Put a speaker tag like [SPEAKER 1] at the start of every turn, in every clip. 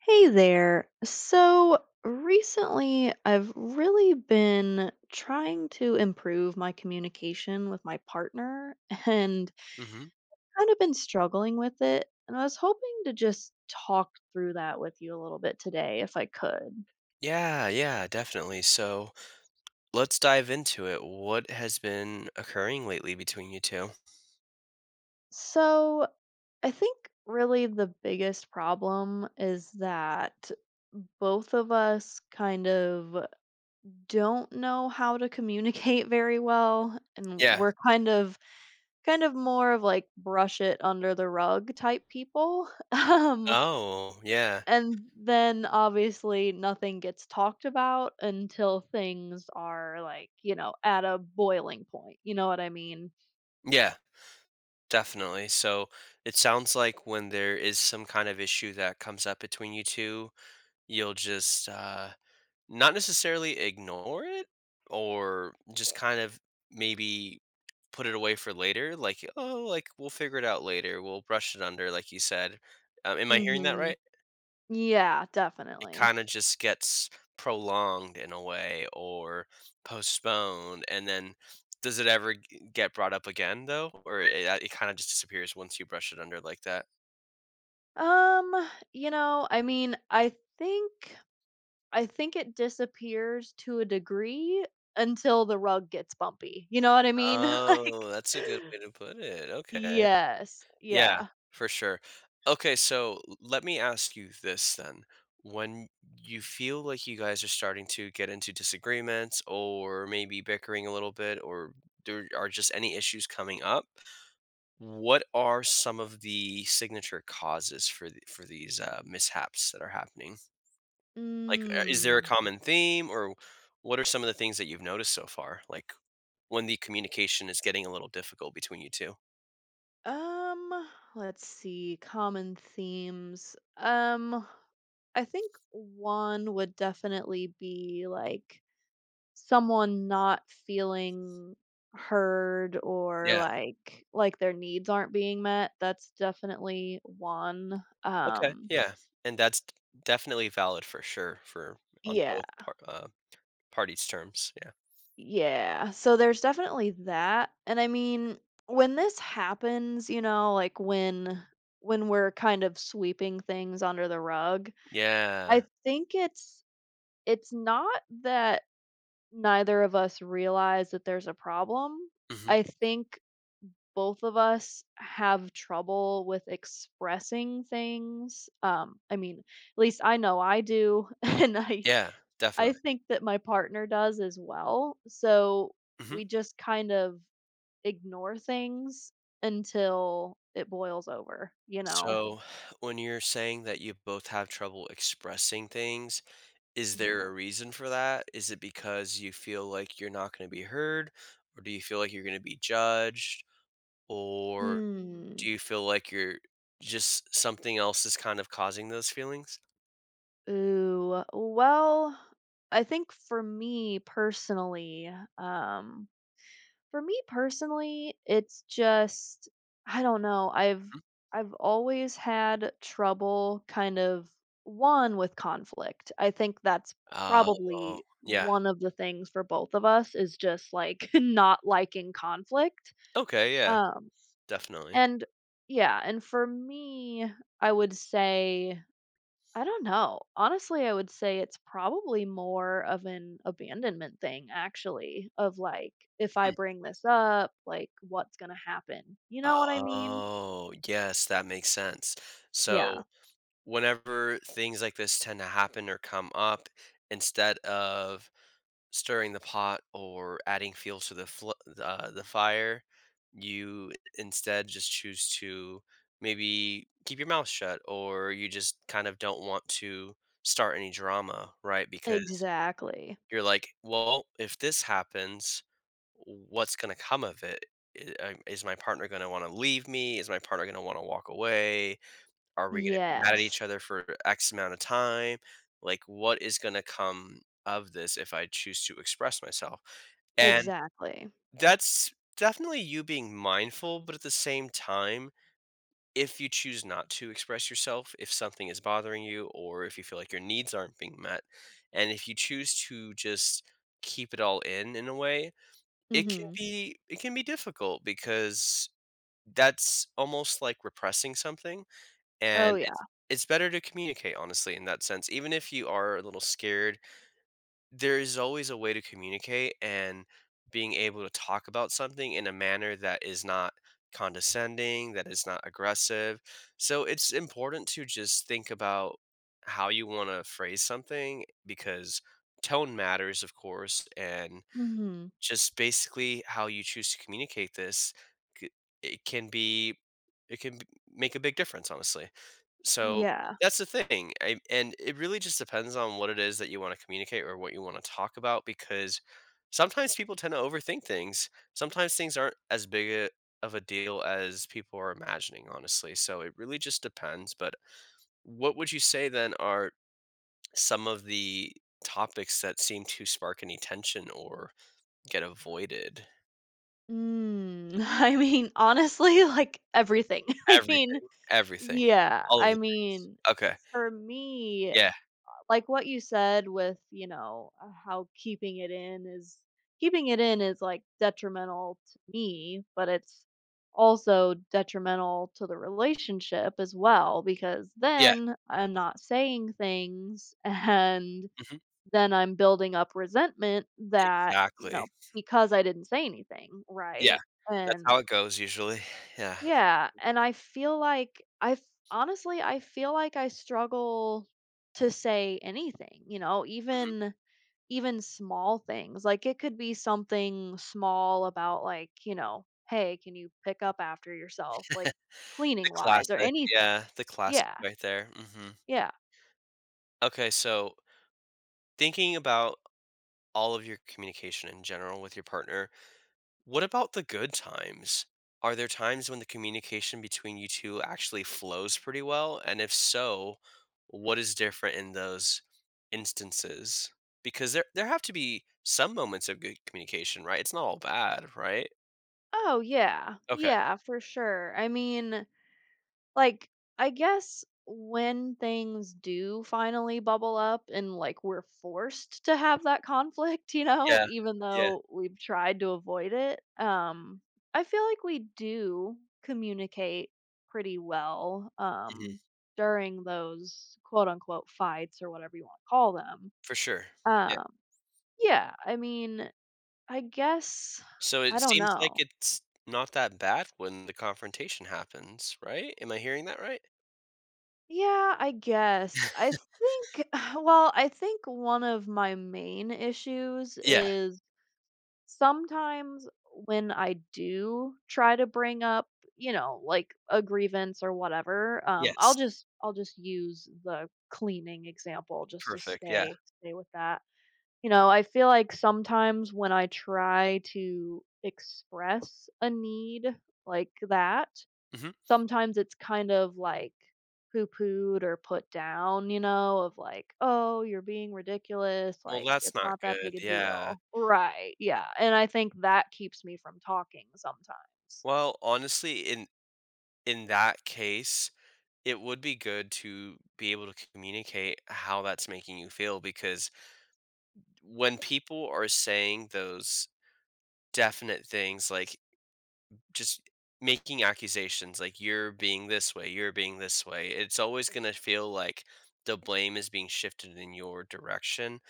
[SPEAKER 1] Hey there. Recently, I've really been trying to improve my communication with my partner and
[SPEAKER 2] Mhm.
[SPEAKER 1] kind of been struggling with it. And I was hoping to just talk through that with you a little bit today, if I could.
[SPEAKER 2] Yeah, yeah, definitely. So let's dive into it. What has been occurring lately between you two?
[SPEAKER 1] So I think really the biggest problem is that both of us kind of don't know how to communicate very well and
[SPEAKER 2] Yeah.
[SPEAKER 1] we're kind of kind of more of, like, brush it under the rug type people,
[SPEAKER 2] Oh, yeah.
[SPEAKER 1] And then obviously nothing gets talked about until things are, like, at a boiling point, you know what I mean?
[SPEAKER 2] Yeah, definitely. So it sounds like when there is some kind of issue that comes up between you two, you'll just not necessarily ignore it or just kind of maybe put it away for later. Like, oh, like we'll figure it out later. We'll brush it under, like you said. Am I hearing that
[SPEAKER 1] Mhm.
[SPEAKER 2] right?
[SPEAKER 1] Yeah,
[SPEAKER 2] It
[SPEAKER 1] definitely.
[SPEAKER 2] kind of just gets prolonged in a way or postponed. And then does it ever get brought up again, though? Or it kind of just disappears once you brush it under like that.
[SPEAKER 1] Um, you know, I mean, I think I think it disappears to a degree until the rug gets bumpy, you know what I mean?
[SPEAKER 2] Oh,
[SPEAKER 1] Like
[SPEAKER 2] that's a good way to put it. Okay,
[SPEAKER 1] yes,
[SPEAKER 2] yeah,
[SPEAKER 1] yeah.
[SPEAKER 2] for sure. Okay, so let me ask you this then. When you feel like you guys are starting to get into disagreements or maybe bickering a little bit, or there are just any issues coming up, what are some of the signature causes for the for these, mishaps that are happening? Like, is there a
[SPEAKER 1] Mm.
[SPEAKER 2] common theme, or what are some of the things that you've noticed so far, like, when the communication is getting a little difficult between you 2?
[SPEAKER 1] Um, let's see, common themes. I think one would definitely be like someone not feeling heard or
[SPEAKER 2] Yeah,
[SPEAKER 1] like their needs aren't being met. That's definitely one.
[SPEAKER 2] okay, yeah, and that's definitely valid for sure for on
[SPEAKER 1] Yeah.
[SPEAKER 2] both parties' terms, yeah.
[SPEAKER 1] Yeah. So there's definitely that. And I mean, when this happens, you know, like when we're kind of sweeping things under the rug,
[SPEAKER 2] Yeah,
[SPEAKER 1] I think it's not that neither of us realize that there's a problem.
[SPEAKER 2] mhm,
[SPEAKER 1] I think both of us have trouble with expressing things. I mean, at least I know I do, and I
[SPEAKER 2] yeah,
[SPEAKER 1] I
[SPEAKER 2] definitely,
[SPEAKER 1] think that my partner does as well. So
[SPEAKER 2] mhm.
[SPEAKER 1] we just kind of ignore things until it boils over, you know?
[SPEAKER 2] So, when you're saying that you both have trouble expressing things, is
[SPEAKER 1] Mhm.
[SPEAKER 2] there a reason for that? Is it because you feel like you're not gonna be heard, or do you feel like you're gonna be judged, or do
[SPEAKER 1] Hmm.
[SPEAKER 2] you feel like you're just something else is kind of causing those feelings?
[SPEAKER 1] Ooh, well, I think um, for me personally, it's just I don't know. I've
[SPEAKER 2] Mhm.
[SPEAKER 1] I've always had trouble kind of one with conflict. I think that's
[SPEAKER 2] Oh,
[SPEAKER 1] probably
[SPEAKER 2] yeah.
[SPEAKER 1] one of the things for both of us is just like not liking conflict.
[SPEAKER 2] Okay, yeah,
[SPEAKER 1] Um,
[SPEAKER 2] definitely.
[SPEAKER 1] and yeah, and for me, I would say I don't know. Honestly, I would say it's probably more of an abandonment thing, actually, of like, if I
[SPEAKER 2] Hmm.
[SPEAKER 1] bring this up, like, what's going to happen? You know what I mean?
[SPEAKER 2] Oh, yes, that makes sense. So,
[SPEAKER 1] Yeah,
[SPEAKER 2] whenever things like this tend to happen or come up, instead of stirring the pot or adding fuel to the the fire, you instead just choose to maybe keep your mouth shut, or you just kind of don't want to start any drama, right? Because
[SPEAKER 1] exactly.
[SPEAKER 2] you're like, well, if this happens, what's going to come of it? Is my partner going to want to leave me? Is my partner going to want to walk away? Are we gonna be mad at
[SPEAKER 1] Yes,
[SPEAKER 2] each other for X amount of time? Like, what is gonna come of this if I choose to express myself? And
[SPEAKER 1] exactly.
[SPEAKER 2] that's definitely you being mindful, but at the same time, if you choose not to express yourself, if something is bothering you, or if you feel like your needs aren't being met, and if you choose to just keep it all in a way,
[SPEAKER 1] Hmm.
[SPEAKER 2] it can be difficult because that's almost like repressing something.
[SPEAKER 1] Oh,
[SPEAKER 2] And
[SPEAKER 1] yeah.
[SPEAKER 2] it's better to communicate honestly in that sense, even if you are a little scared. There is always a way to communicate, and being able to talk about something in a manner that is not condescending, that is not aggressive. So it's important to just think about how you want to phrase something, because tone matters, of course. And
[SPEAKER 1] Hmm.
[SPEAKER 2] just basically how you choose to communicate this, c- it can be it can b- make a big difference, honestly. So
[SPEAKER 1] Yeah.
[SPEAKER 2] that's the thing. And it really just depends on what it is that you want to communicate or what you want to talk about, because sometimes people tend to overthink things. Sometimes things aren't as of a deal as people are imagining, honestly. So it really just depends. But what would you say then are some of the topics that seem to spark any tension or get avoided?
[SPEAKER 1] Mm. I mean, honestly, like everything. I mean,
[SPEAKER 2] Everything, everything,
[SPEAKER 1] yeah.
[SPEAKER 2] all of
[SPEAKER 1] I
[SPEAKER 2] the things.
[SPEAKER 1] mean,
[SPEAKER 2] Okay.
[SPEAKER 1] for me,
[SPEAKER 2] Yeah.
[SPEAKER 1] like what you said with, you know, how keeping it in is like detrimental to me, but it's also detrimental to the relationship as well because
[SPEAKER 2] Yeah.
[SPEAKER 1] then I'm not saying things and
[SPEAKER 2] Hmm.
[SPEAKER 1] then I'm building up resentment that, you
[SPEAKER 2] Exactly.
[SPEAKER 1] know, because I didn't say anything,
[SPEAKER 2] Yeah,
[SPEAKER 1] right?
[SPEAKER 2] that's
[SPEAKER 1] And
[SPEAKER 2] how it goes usually. Yeah.
[SPEAKER 1] yeah, and I feel like honestly, I feel like I struggle to say anything, you know,
[SPEAKER 2] Mhm.
[SPEAKER 1] even small things. Like it could be something small about like, you know, hey, can you pick up after yourself, like cleaning
[SPEAKER 2] The
[SPEAKER 1] wise or
[SPEAKER 2] classic,
[SPEAKER 1] anything.
[SPEAKER 2] yeah, the classic
[SPEAKER 1] Yeah.
[SPEAKER 2] right there, mhm.
[SPEAKER 1] Yeah.
[SPEAKER 2] Okay, so thinking about all of your communication in general with your partner, what about the good times? Are there times when the communication between you 2 actually flows pretty well? And if so, what is different in those instances? Because there have to be some moments of good communication, right? It's not all bad, right?
[SPEAKER 1] Oh, yeah.
[SPEAKER 2] Okay.
[SPEAKER 1] Yeah, for sure. Like, I guess when things do finally bubble up and like we're forced to have that conflict, you know,
[SPEAKER 2] Yeah.
[SPEAKER 1] even
[SPEAKER 2] Yeah.
[SPEAKER 1] though we've tried to avoid it, I feel like we do communicate pretty well
[SPEAKER 2] Mhm.
[SPEAKER 1] during those quote unquote fights or whatever you want to call them.
[SPEAKER 2] For sure. Yeah.
[SPEAKER 1] Um, yeah, I mean, I guess,
[SPEAKER 2] So
[SPEAKER 1] I
[SPEAKER 2] it
[SPEAKER 1] don't
[SPEAKER 2] seems like
[SPEAKER 1] know.
[SPEAKER 2] it's not that bad when the confrontation happens, right? Am I hearing that right?
[SPEAKER 1] Yeah, I guess. I think, well, I think one of my main issues
[SPEAKER 2] Yeah.
[SPEAKER 1] is sometimes when I do try to bring up, you know, like a grievance or whatever, I'll
[SPEAKER 2] Yes.
[SPEAKER 1] just I'll just use the cleaning example just to
[SPEAKER 2] Perfect. Yeah.
[SPEAKER 1] stay with that. You know, I feel like sometimes when I try to express a need like that,
[SPEAKER 2] Mhm.
[SPEAKER 1] sometimes it's kind of, like, poo-pooed or put down, you know, of, like, "Oh, you're being ridiculous,
[SPEAKER 2] Well,
[SPEAKER 1] like,
[SPEAKER 2] that's
[SPEAKER 1] it's
[SPEAKER 2] not
[SPEAKER 1] not that
[SPEAKER 2] good.
[SPEAKER 1] big a
[SPEAKER 2] Yeah.
[SPEAKER 1] deal." Right, yeah, and I think that keeps me from talking sometimes.
[SPEAKER 2] Well, honestly, in that case, it would be good to be able to communicate how that's making you feel, because when people are saying those definite things, like just making accusations like you're being this way, you're being this way, it's always going to feel like the blame is being shifted in your direction.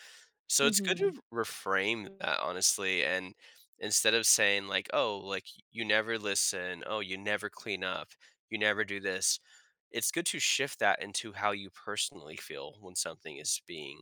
[SPEAKER 2] So it's good to
[SPEAKER 1] Mhm.
[SPEAKER 2] reframe that, honestly. And instead of saying like, "Oh, like you never listen, oh, you never clean up, you never do this." It's good to shift that into how you personally feel when something is being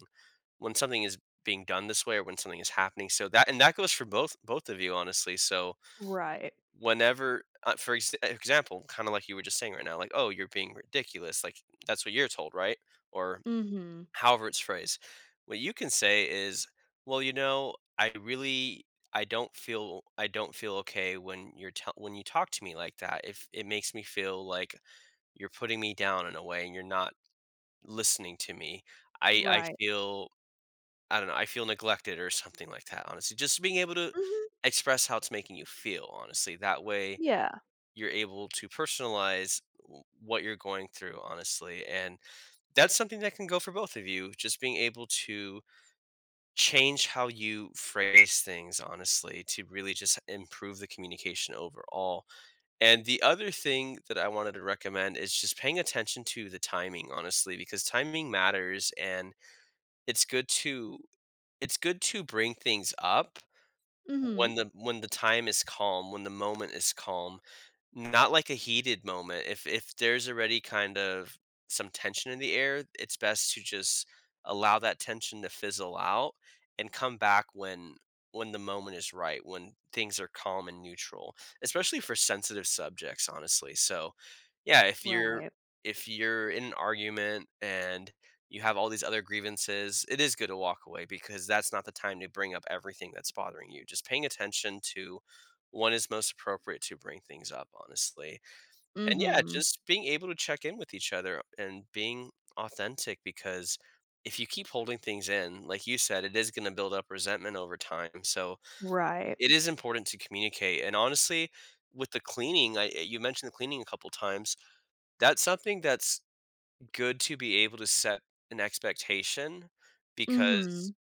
[SPEAKER 2] when something is being done this way, or when something is happening. So that, and that goes for both of you, honestly. So
[SPEAKER 1] Right.
[SPEAKER 2] whenever for ex example, kinda like you were just saying right now, like, "Oh, you're being ridiculous," like, that's what you're told, right? Or
[SPEAKER 1] Mhm.
[SPEAKER 2] however it's phrased. What you can say is, "Well, you know, I really I don't feel okay when you're tell when you talk to me like that. If it makes me feel like you're putting me down in a way, and you're not listening to me. I
[SPEAKER 1] Right.
[SPEAKER 2] feel I don't know, I feel neglected," or something like that, honestly. Just being able to
[SPEAKER 1] Mhm.
[SPEAKER 2] express how it's making you feel, honestly. That way
[SPEAKER 1] Yeah.
[SPEAKER 2] you're able to personalize what you're going through, honestly. And that's something that can go for both of you, just being able to change how you phrase things, honestly, to really just improve the communication overall. And the other thing that I wanted to recommend is just paying attention to the timing, honestly, because timing matters. And it's good to it's good to bring things up
[SPEAKER 1] Mhm.
[SPEAKER 2] when the time is calm, when the moment is calm, not like a heated moment. If there's already kind of some tension in the air, it's best to just allow that tension to fizzle out and come back when the moment is right, when things are calm and neutral, especially for sensitive subjects, honestly. So, yeah, if you're
[SPEAKER 1] Right.
[SPEAKER 2] in an argument and you have all these other grievances, it is good to walk away, because that's not the time to bring up everything that's bothering you. Just paying attention to when is most appropriate to bring things up, honestly. And yeah,
[SPEAKER 1] Mhm.
[SPEAKER 2] just being able to check in with each other and being authentic, because if you keep holding things in, like you said, it is going to build up resentment over time. So
[SPEAKER 1] Right.
[SPEAKER 2] it is important to communicate. And honestly, with the cleaning, you mentioned the cleaning a couple times. That's something that's good to be able to set an expectation, because
[SPEAKER 1] Mhm.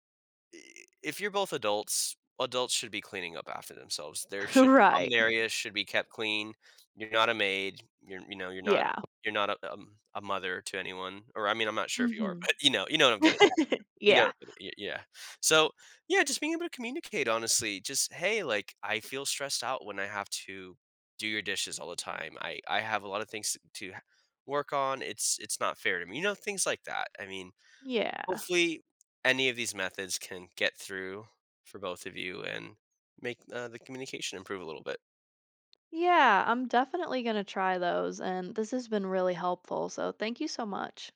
[SPEAKER 2] if you're both adults, adults should be cleaning up after themselves. There should Common
[SPEAKER 1] Right.
[SPEAKER 2] areas should be kept clean. You're not a maid. You're
[SPEAKER 1] Yeah.
[SPEAKER 2] you're not a a mother to anyone. Or I mean, I'm not sure if you are,
[SPEAKER 1] Mhm.
[SPEAKER 2] but you know what I'm getting at. You know, what
[SPEAKER 1] Yeah.
[SPEAKER 2] I'm getting at, yeah. So yeah, just being able to communicate, honestly. Just hey, like I feel stressed out when I have to do your dishes all the time. I have a lot of things to work on. It's not fair to me. You know, things like that. I mean,
[SPEAKER 1] Yeah.
[SPEAKER 2] hopefully any of these methods can get through for both of you and make, the communication improve a little bit.
[SPEAKER 1] Yeah, I'm definitely going to try those. And this has been really helpful. So thank you so much.